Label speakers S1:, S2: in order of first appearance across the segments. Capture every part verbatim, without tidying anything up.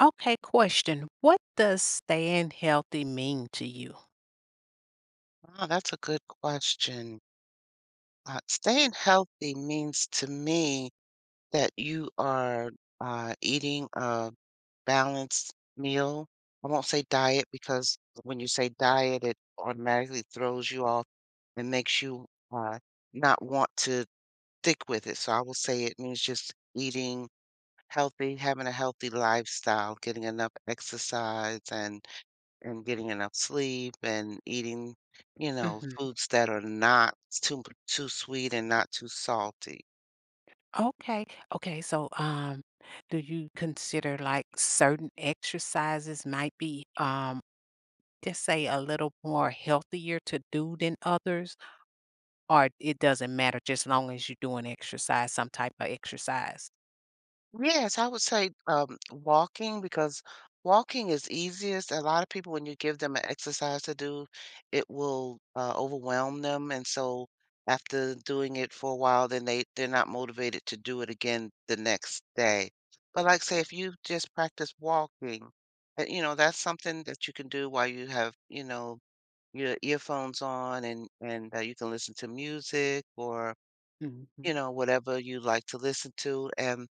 S1: Okay, question. What does staying healthy mean to you?
S2: Wow, that's a good question. Uh, staying healthy means to me that you are uh, eating a balanced meal. I won't say diet because when you say diet, it automatically throws you off and makes you uh, not want to stick with it. So I will say it means just eating healthy, having a healthy lifestyle, getting enough exercise, and and getting enough sleep and eating, you know,
S1: Hmm.
S2: foods that are not too too sweet and not too salty.
S1: Okay. Okay. So, um, do you consider like certain exercises might be, um, just say a little more healthier to do than others, or it doesn't matter just long as you are doing exercise, some type of exercise?
S2: Yes, I would say, um, walking because walking is easiest. A lot of people, when you give them an exercise to do, it will, uh, overwhelm them, and so after doing it for a while, then they they're not motivated to do it again the next day. But like, say, if you just practice walking, uh, you know, that's something that you can do while you have, you know, your earphones on and and that you can listen to music or you
S1: Hmm.
S2: know whatever you like to listen to and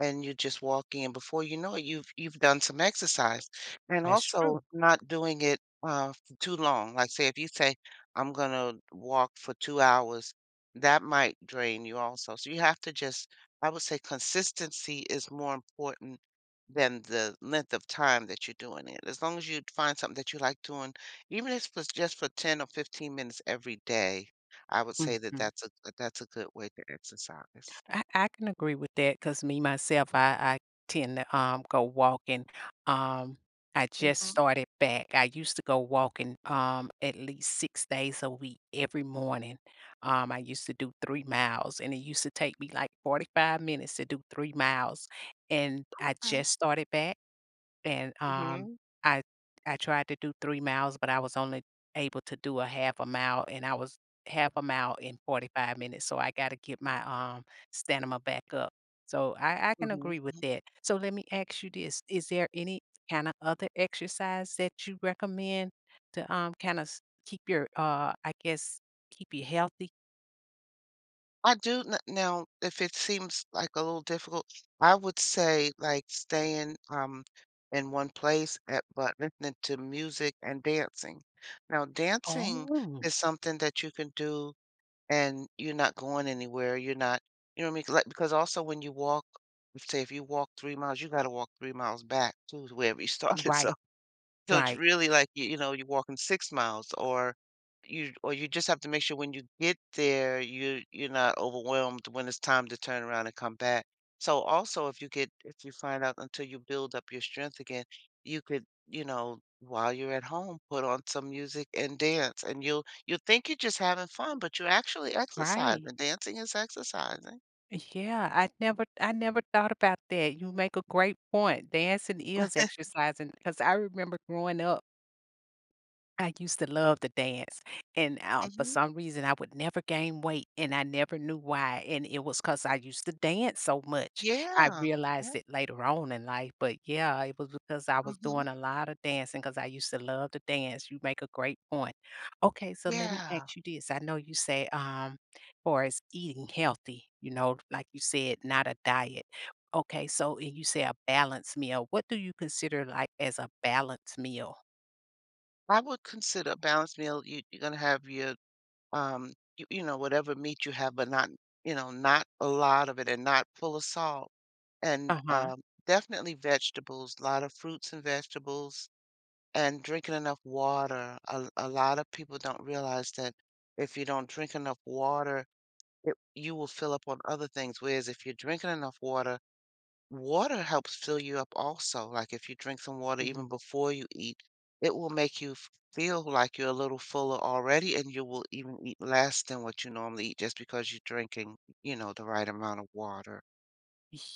S2: and you just walk in. Before you know it, you've you've done some exercise. And
S1: That's true.
S2: also not doing it, uh, for too long. Like, say, if you say, "I'm gonna walk for 2 hours," that might drain you also. So you have to just, I would say consistency is more important than the length of time that you're doing it. As long as you find something that you like doing, even if it's just for ten or fifteen minutes every day, I would say that
S1: Hmm.
S2: that's a that's a good way to exercise.
S1: I, I can agree with that because me myself, I, I tend to um go walking. Um, I just
S2: Mhm.
S1: started back. I used to go walking um at least six days a week every morning. Um, I used to do three miles, and it used to take me like forty five minutes to do three miles. And I
S2: Uh,
S1: just started back. And, um,
S2: mhm.
S1: I I tried to do three miles, but I was only able to do a half a mile, and I was half a mile in forty five minutes, so I gotta get my, um, stamina back up. So I I can agree with
S2: Mhm.
S1: that. So let me ask you this, is there any kinda other exercise that you recommend to, um, kinda keep your, uh, I guess, keep you healthy?
S2: I do n now, if it seems like a little difficult, I would say, like, staying, um, in one place at but listening to music and dancing. Now, dancing
S1: Oh,
S2: is something that you can do and you're not going anywhere, you're not you know what I mean? Like, because also when you walk say, if you walk three miles, you gotta walk three miles back to wherever you started,
S1: right,
S2: so So it's
S1: right,
S2: really like, you you know, you're walking six miles or you or you just have to make sure when you get there, you you're not overwhelmed when it's time to turn around and come back. So also if you get if you find out until you build up your strength again, you could, you know, while you're at home, put on some music and dance and you'll you'll think you're just having fun, but you're actually
S1: right.
S2: exercising. Dancing is exercising.
S1: Yeah, I never I never thought about that. You make a great point. Dancing is exercising because I remember growing up, I used to love to dance, and, uh, for
S2: Mhm.
S1: some reason, I would never gain weight, and I never knew why, and it was because I used to dance so much. I
S2: Yeah.
S1: realized
S2: Yeah.
S1: it later on in life, but, yeah, it was because I was doing
S2: Mhm.
S1: a lot of dancing because I used to love to dance. You make a great point. Okay, so let me
S2: Yeah.
S1: ask you this. I know you say, um, far as eating healthy, you know, like you said, not a diet. Okay, so and you say a balanced meal. What do you consider, like, as a balanced meal?
S2: I would consider a balanced meal. You you're gonna have your um, you, you know, whatever meat you have, but not, you know, not a lot of it and not full of salt. And
S1: Uh-huh.
S2: um, Definitely vegetables, a lot of fruits and vegetables, and drinking enough water. A, a lot of people don't realize that if you don't drink enough water, it, you will fill up on other things. Whereas if you're drinking enough water, water helps fill you up also, like, if you drink some water even
S1: Mhm.
S2: before you eat, it will make you f feel like you're a little fuller already, and you will even eat less than what you normally eat just because you're drinking, you know, the right amount of water.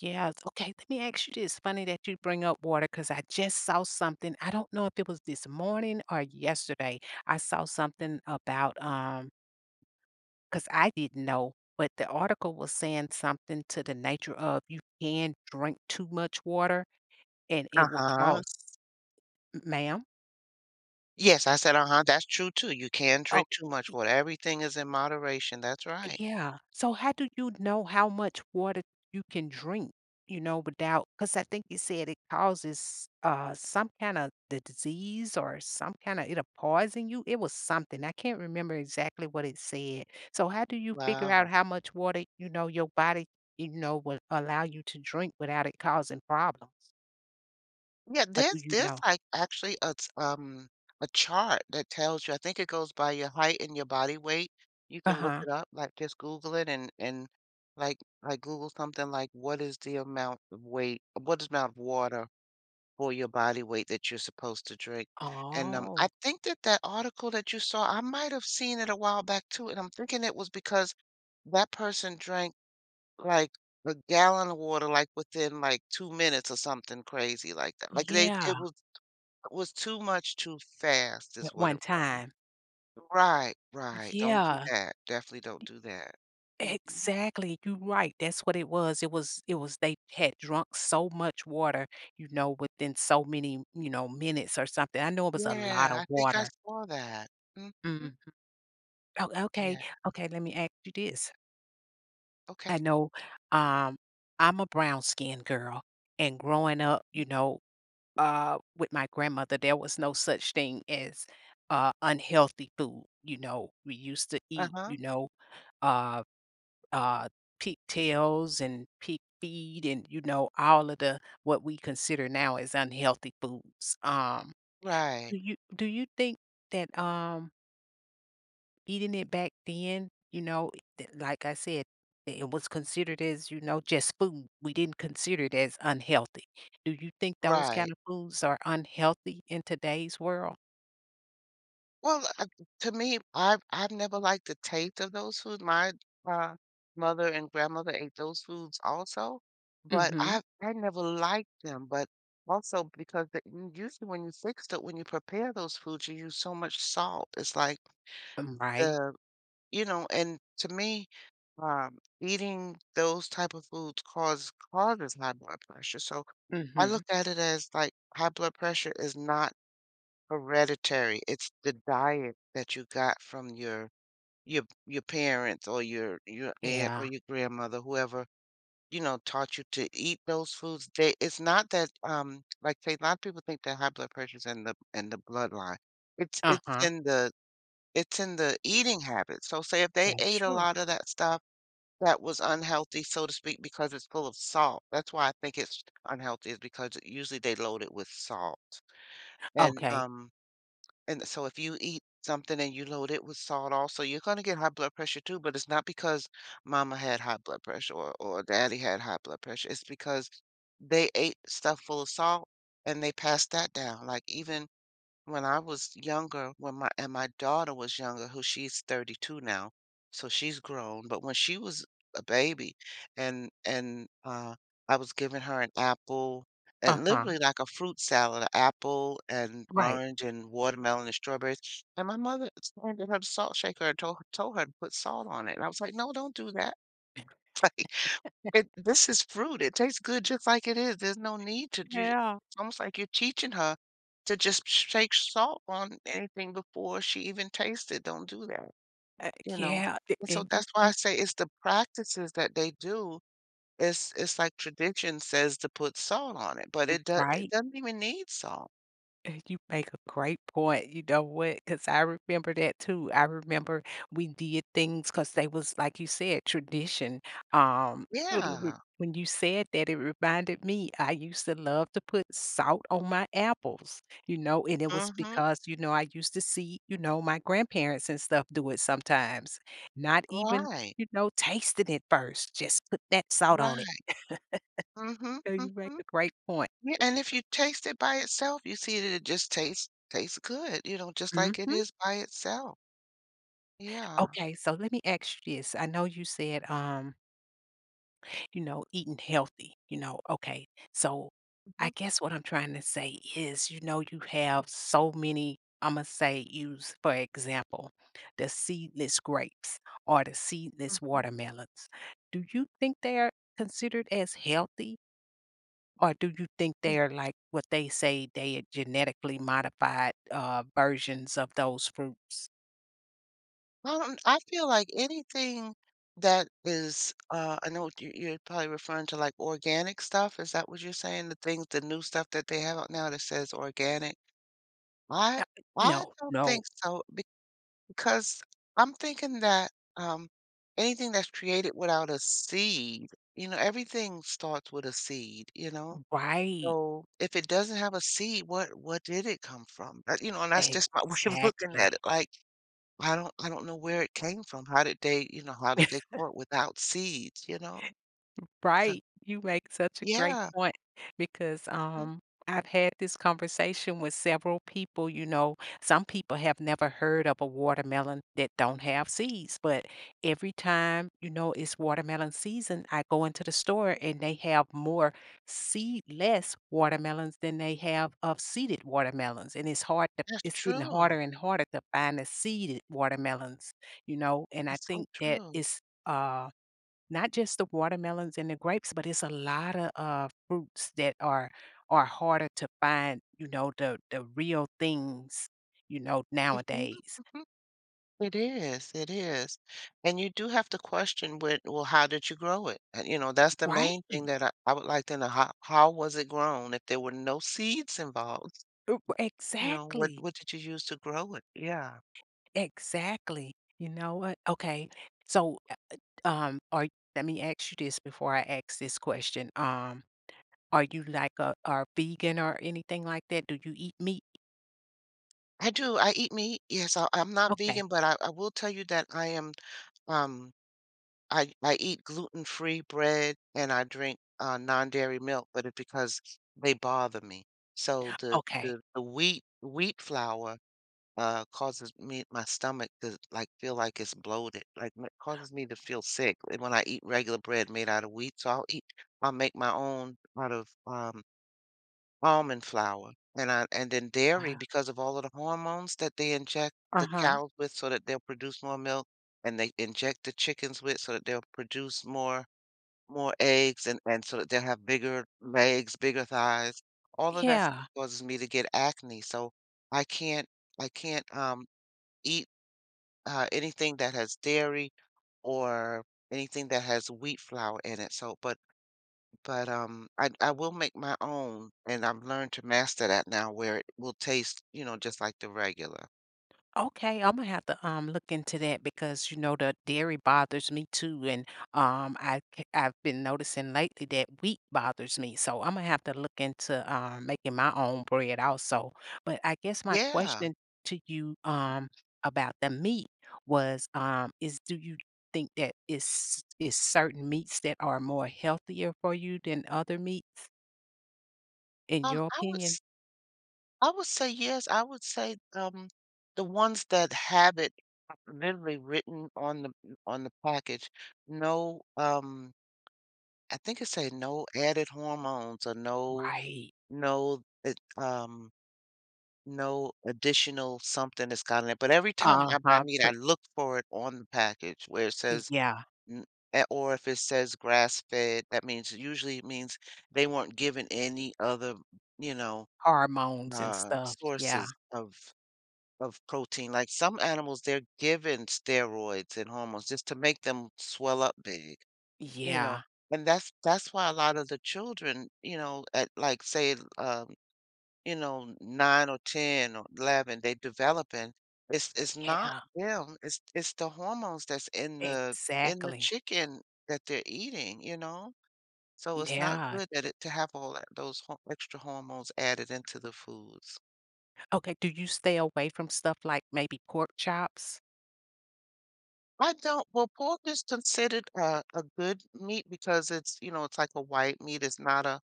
S1: Yes. Okay. Let me ask you this. Funny that you bring up water because I just saw something. I don't know if it was this morning or yesterday. I saw something about um because I didn't know, but the article was saying something to the nature of you can drink too much water and it will
S2: Uh-huh.
S1: cause, ma'am.
S2: Yes, I said, "Uh-huh," that's true too, you can
S1: Oh.
S2: drink too much water, everything is in moderation, that's right.
S1: Yeah. So how do you know how much water you can drink, you know, without because I think you said it causes uh some kind of the disease or some kind of it'll poison you. It was something. I can't remember exactly what it said. So how do you figure out
S2: Wow.
S1: how much water, you know, your body, you know, will allow you to drink without it causing problems?
S2: Yeah,
S1: Or do
S2: there's
S1: you
S2: there's
S1: know?
S2: like actually a t- um a chart that tells you. I think it goes by your height and your body weight. You can look
S1: Uh-huh.
S2: it up, like just Google it and and like like Google something like what is the amount of weight, what is amount of water for your body weight that you're supposed to drink. And um,
S1: Oh,
S2: I think that that article that you saw, I might have seen it a while back too, and I'm thinking it was because that person drank like a gallon of water like within like two minutes or something crazy like that. Like they,
S1: yeah.
S2: it was was too much too fast
S1: At
S2: is what
S1: one
S2: it was.
S1: time.
S2: Right, right, don't do
S1: Yeah.
S2: that, definitely don't do that. Mhm.
S1: Exactly, you are right, that's what it was, it was it was they had drunk so much water, you know, within so many, you know, minutes or something, I know it was a lot
S2: Yeah,
S1: of
S2: I think I
S1: water.
S2: saw that. Mhm.
S1: Mm. Oh, okay,
S2: Yeah,
S1: okay, let me ask you this, I
S2: okay.
S1: know, um, I'm a brown-skinned girl, and growing up, you know, uh, with my grandmother, there was no such thing as, uh, unhealthy food, you know, we used to eat,
S2: Uh-huh.
S1: you know, uh uh, peak tails and pig feed and, you know, all of the what we consider now as unhealthy foods. Um, do
S2: Right,
S1: you do you think that, um, eating it back then, you know, that like I said, it was considered as, you know, just food. We didn't consider it as unhealthy. Do you think those kind
S2: right.
S1: of foods are unhealthy in today's world?
S2: Well, uh, to me, I've I've never liked the taste of those foods. My, uh, mother and grandmother ate those foods also, but
S1: Mhm.
S2: I I never liked them, but also because the usually when you fix it, when you prepare those foods, you use so much salt, it's like
S1: Um, right.
S2: the. You know, and to me, um, eating those type of foods cause causes high blood pressure. So I
S1: Mhm.
S2: look at it as like high blood pressure is not hereditary. It's the diet that you got from your your your parents or your your aunt or
S1: Yeah.
S2: your grandmother, whoever, you know, taught you to eat those foods. They It's not that um like say a lot of people think that high blood pressure is in the in the bloodline. It's it's
S1: Uh-huh.
S2: in the it's in the eating habits. So say if they
S1: That's
S2: ate a
S1: true.
S2: lot of that stuff that was unhealthy, so to speak, because it's full of salt. That's why I think it's unhealthy is because usually they load it with salt. And
S1: Okay.
S2: um and so if you eat something and you load it with salt also, you're gonna get high blood pressure too, but it's not because mama had high blood pressure or, or daddy had high blood pressure. It's because they ate stuff full of salt and they passed that down. Like even when I was younger, when my and my daughter was younger, who she's thirty-two now, so she's grown, but when she was a baby and and uh I was giving her an apple and
S1: Uh-huh.
S2: literally like a fruit salad, an apple and
S1: Right.
S2: orange and watermelon and strawberries. And my mother handed her the salt shaker and told told her to put salt on it. And I was like, no, don't do that. Like it this is fruit, it tastes good just like it is, there's no need to do
S1: Yeah.
S2: it's almost like you're teaching her to just shake salt on anything before she even tastes it, don't do that,
S1: Uh,
S2: you know?
S1: yeah, a
S2: And so
S1: and you
S2: that's why I
S1: you
S2: say it's the practices that they do, it's it's like tradition says to put salt on it, but it does it
S1: right,
S2: doesn't even need salt.
S1: and you make a great point, you know what? Cause I remember that too. I remember we did things cause they was, like you said, tradition, um, it re-
S2: Yeah.
S1: when you said that, it reminded me, I used to love to put salt on my apples, you know, and it was
S2: Mhm.
S1: because, you know, I used to see, you know, my grandparents and stuff do it sometimes, not even,
S2: Right.
S1: you know, tasting it first, just put that salt
S2: Right.
S1: on it.
S2: Mhm,
S1: So you make
S2: mhm.
S1: a great point.
S2: Yeah, and if you taste it by itself, you see that it just tastes tastes good, you know, just like it
S1: Mhm.
S2: is by itself. Yeah.
S1: Okay, so let me ask you this. I know you said, um, you know, eating healthy, you know, okay. So I
S2: Mhm,
S1: guess what I'm trying to say is, you know, you have so many, I'm gonna say, use for example, the seedless grapes or the seedless
S2: mhm,
S1: watermelons. Do you think they're considered as healthy? Or do you think
S2: mm.
S1: they're like what they say they are genetically modified uh, versions of those fruits?
S2: Well, um, I feel like anything that is, uh, I know what you you're probably referring to like organic stuff. Is that what you're saying? The things, the new stuff that they have out now that says organic?
S1: Uh,
S2: I I
S1: No,
S2: don't
S1: no,
S2: think so. 'Cause I'm thinking that, um, anything that's created without a seed, you know, everything starts with a seed, you know?
S1: right.
S2: So, if it doesn't have a seed, what what did it come from? Uh, you know, and that's just my way of looking
S1: Exactly.
S2: at it, like, I don't I don't know where it came from. How did they you know, how did they grow it without seeds, you know? So
S1: Right. You make such a great
S2: yeah.
S1: point because,
S2: Mm.
S1: um, I've had this conversation with several people, you know, some people have never heard of a watermelon that don't have seeds, but every time, you know, it's watermelon season, I go into the store and they have more seedless watermelons than they have of seeded watermelons, and it's hard to
S2: That's
S1: it's getting
S2: true.
S1: harder and harder to find the seeded watermelons, you know, and I
S2: That's so
S1: think that
S2: true.
S1: it's, uh not just the watermelons and the grapes, but it's a lotta, uh, fruits that are are harder to find, you know, the the real things, you know, nowadays.
S2: Mhm. It is, it is. And you do have to question with, well, how did you grow it? And, you know, that's the
S1: Right?
S2: main thing that I, I would like to know. How, how was it grown? If there were no seeds involved,
S1: Uh,
S2: you know, what,
S1: exactly,
S2: what did you use to grow it? Yeah.
S1: exactly. You know what? Okay, so, uh, um, are let me ask you this before I ask this question, um, are you like a are vegan or anything like that? Do you eat meat?
S2: I do. I eat meat. Yes, I, I'm not
S1: Okay,
S2: vegan, but I, I will tell you that I am, um, I, I eat gluten-free bread and I drink uh, non-dairy milk, but it's because they bother me. So the,
S1: okay.
S2: the, the wheat, wheat flour uh, causes me my stomach to like feel like it's bloated, like it causes me to feel sick. And when I eat regular bread made out of wheat, so I'll eat, I'll make my own out of um, almond flour, and I and then dairy
S1: Wow.
S2: because of all of the hormones that they inject the
S1: Uh-huh.
S2: cows with, so that they'll produce more milk, and they inject the chickens with, so that they'll produce more more eggs, and and so that they'll have bigger legs, bigger thighs. All of that stuff
S1: Yeah.
S2: causes me to get acne, so I can't I can't um eat uh, anything that has dairy or anything that has wheat flour in it. So, but but um, I I will make my own, and I've learned to master that now, where it will taste, you know, just like the regular.
S1: Okay, I'm gonna have to um look into that because you know the dairy bothers me too, and um I c- I've been noticing lately that wheat bothers me, so I'm gonna have to look into um making my own bread also. But I guess my
S2: Yeah.
S1: question to you um about the meat was um is do you think that is is certain meats that are more healthier for you than other meats in
S2: Um,
S1: your
S2: I would
S1: opinion?
S2: s- I would say yes. I would say um, the ones that have it literally written on the on the package, no um, I think it say no added hormones or no
S1: Right.
S2: no it, um no additional something that's got in it, but every time I buy
S1: Uh-huh.
S2: meat, I look for it on the package where it says
S1: Yeah,
S2: n eh, or if it says grass-fed, that means usually it means they weren't given any other, you know,
S1: hormones and
S2: uh,
S1: stuff. Yeah.
S2: sources of of protein. Like some animals, they're given steroids and hormones just to make them swell up big, you know,
S1: Yeah,
S2: and that's that's why a lot of the children, you know, at like say, um you know, nine or ten or eleven, they developing. It's it's not
S1: yeah,
S2: them, it's it's the hormones that's in the in the
S1: exactly.
S2: chicken that they're eating, you know? So it's not
S1: Yeah.
S2: good that it to have all that those ho extra hormones added into the foods.
S1: Okay, do you stay away from stuff like maybe pork chops?
S2: I don't well, pork is considered a a good meat because it's, you know, it's like a white meat, it's not a.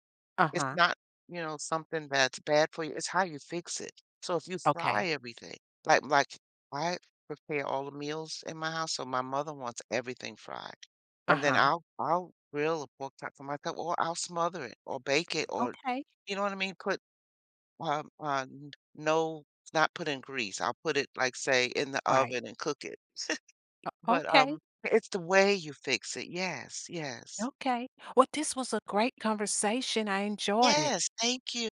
S2: It's
S1: Uh-huh.
S2: not, you know, something that's bad for you, it's how you fix it. So if you fry
S1: Okay.
S2: everything, like like, I prepare all the meals in my house, so my mother wants everything fried, and then
S1: Uh-huh.
S2: I'll I'll grill a pork chop for myself, or I'll smother it or bake it or
S1: Okay.
S2: you know what I mean? Put, um, uh, n no not put in grease, I'll put it, like, say, in the
S1: Right.
S2: oven and cook it. But,
S1: Okay.
S2: um, it's the way you fix it. Yes, yes.
S1: Okay. Well, this was a great conversation. I enjoyed it.
S2: Yes, thank you.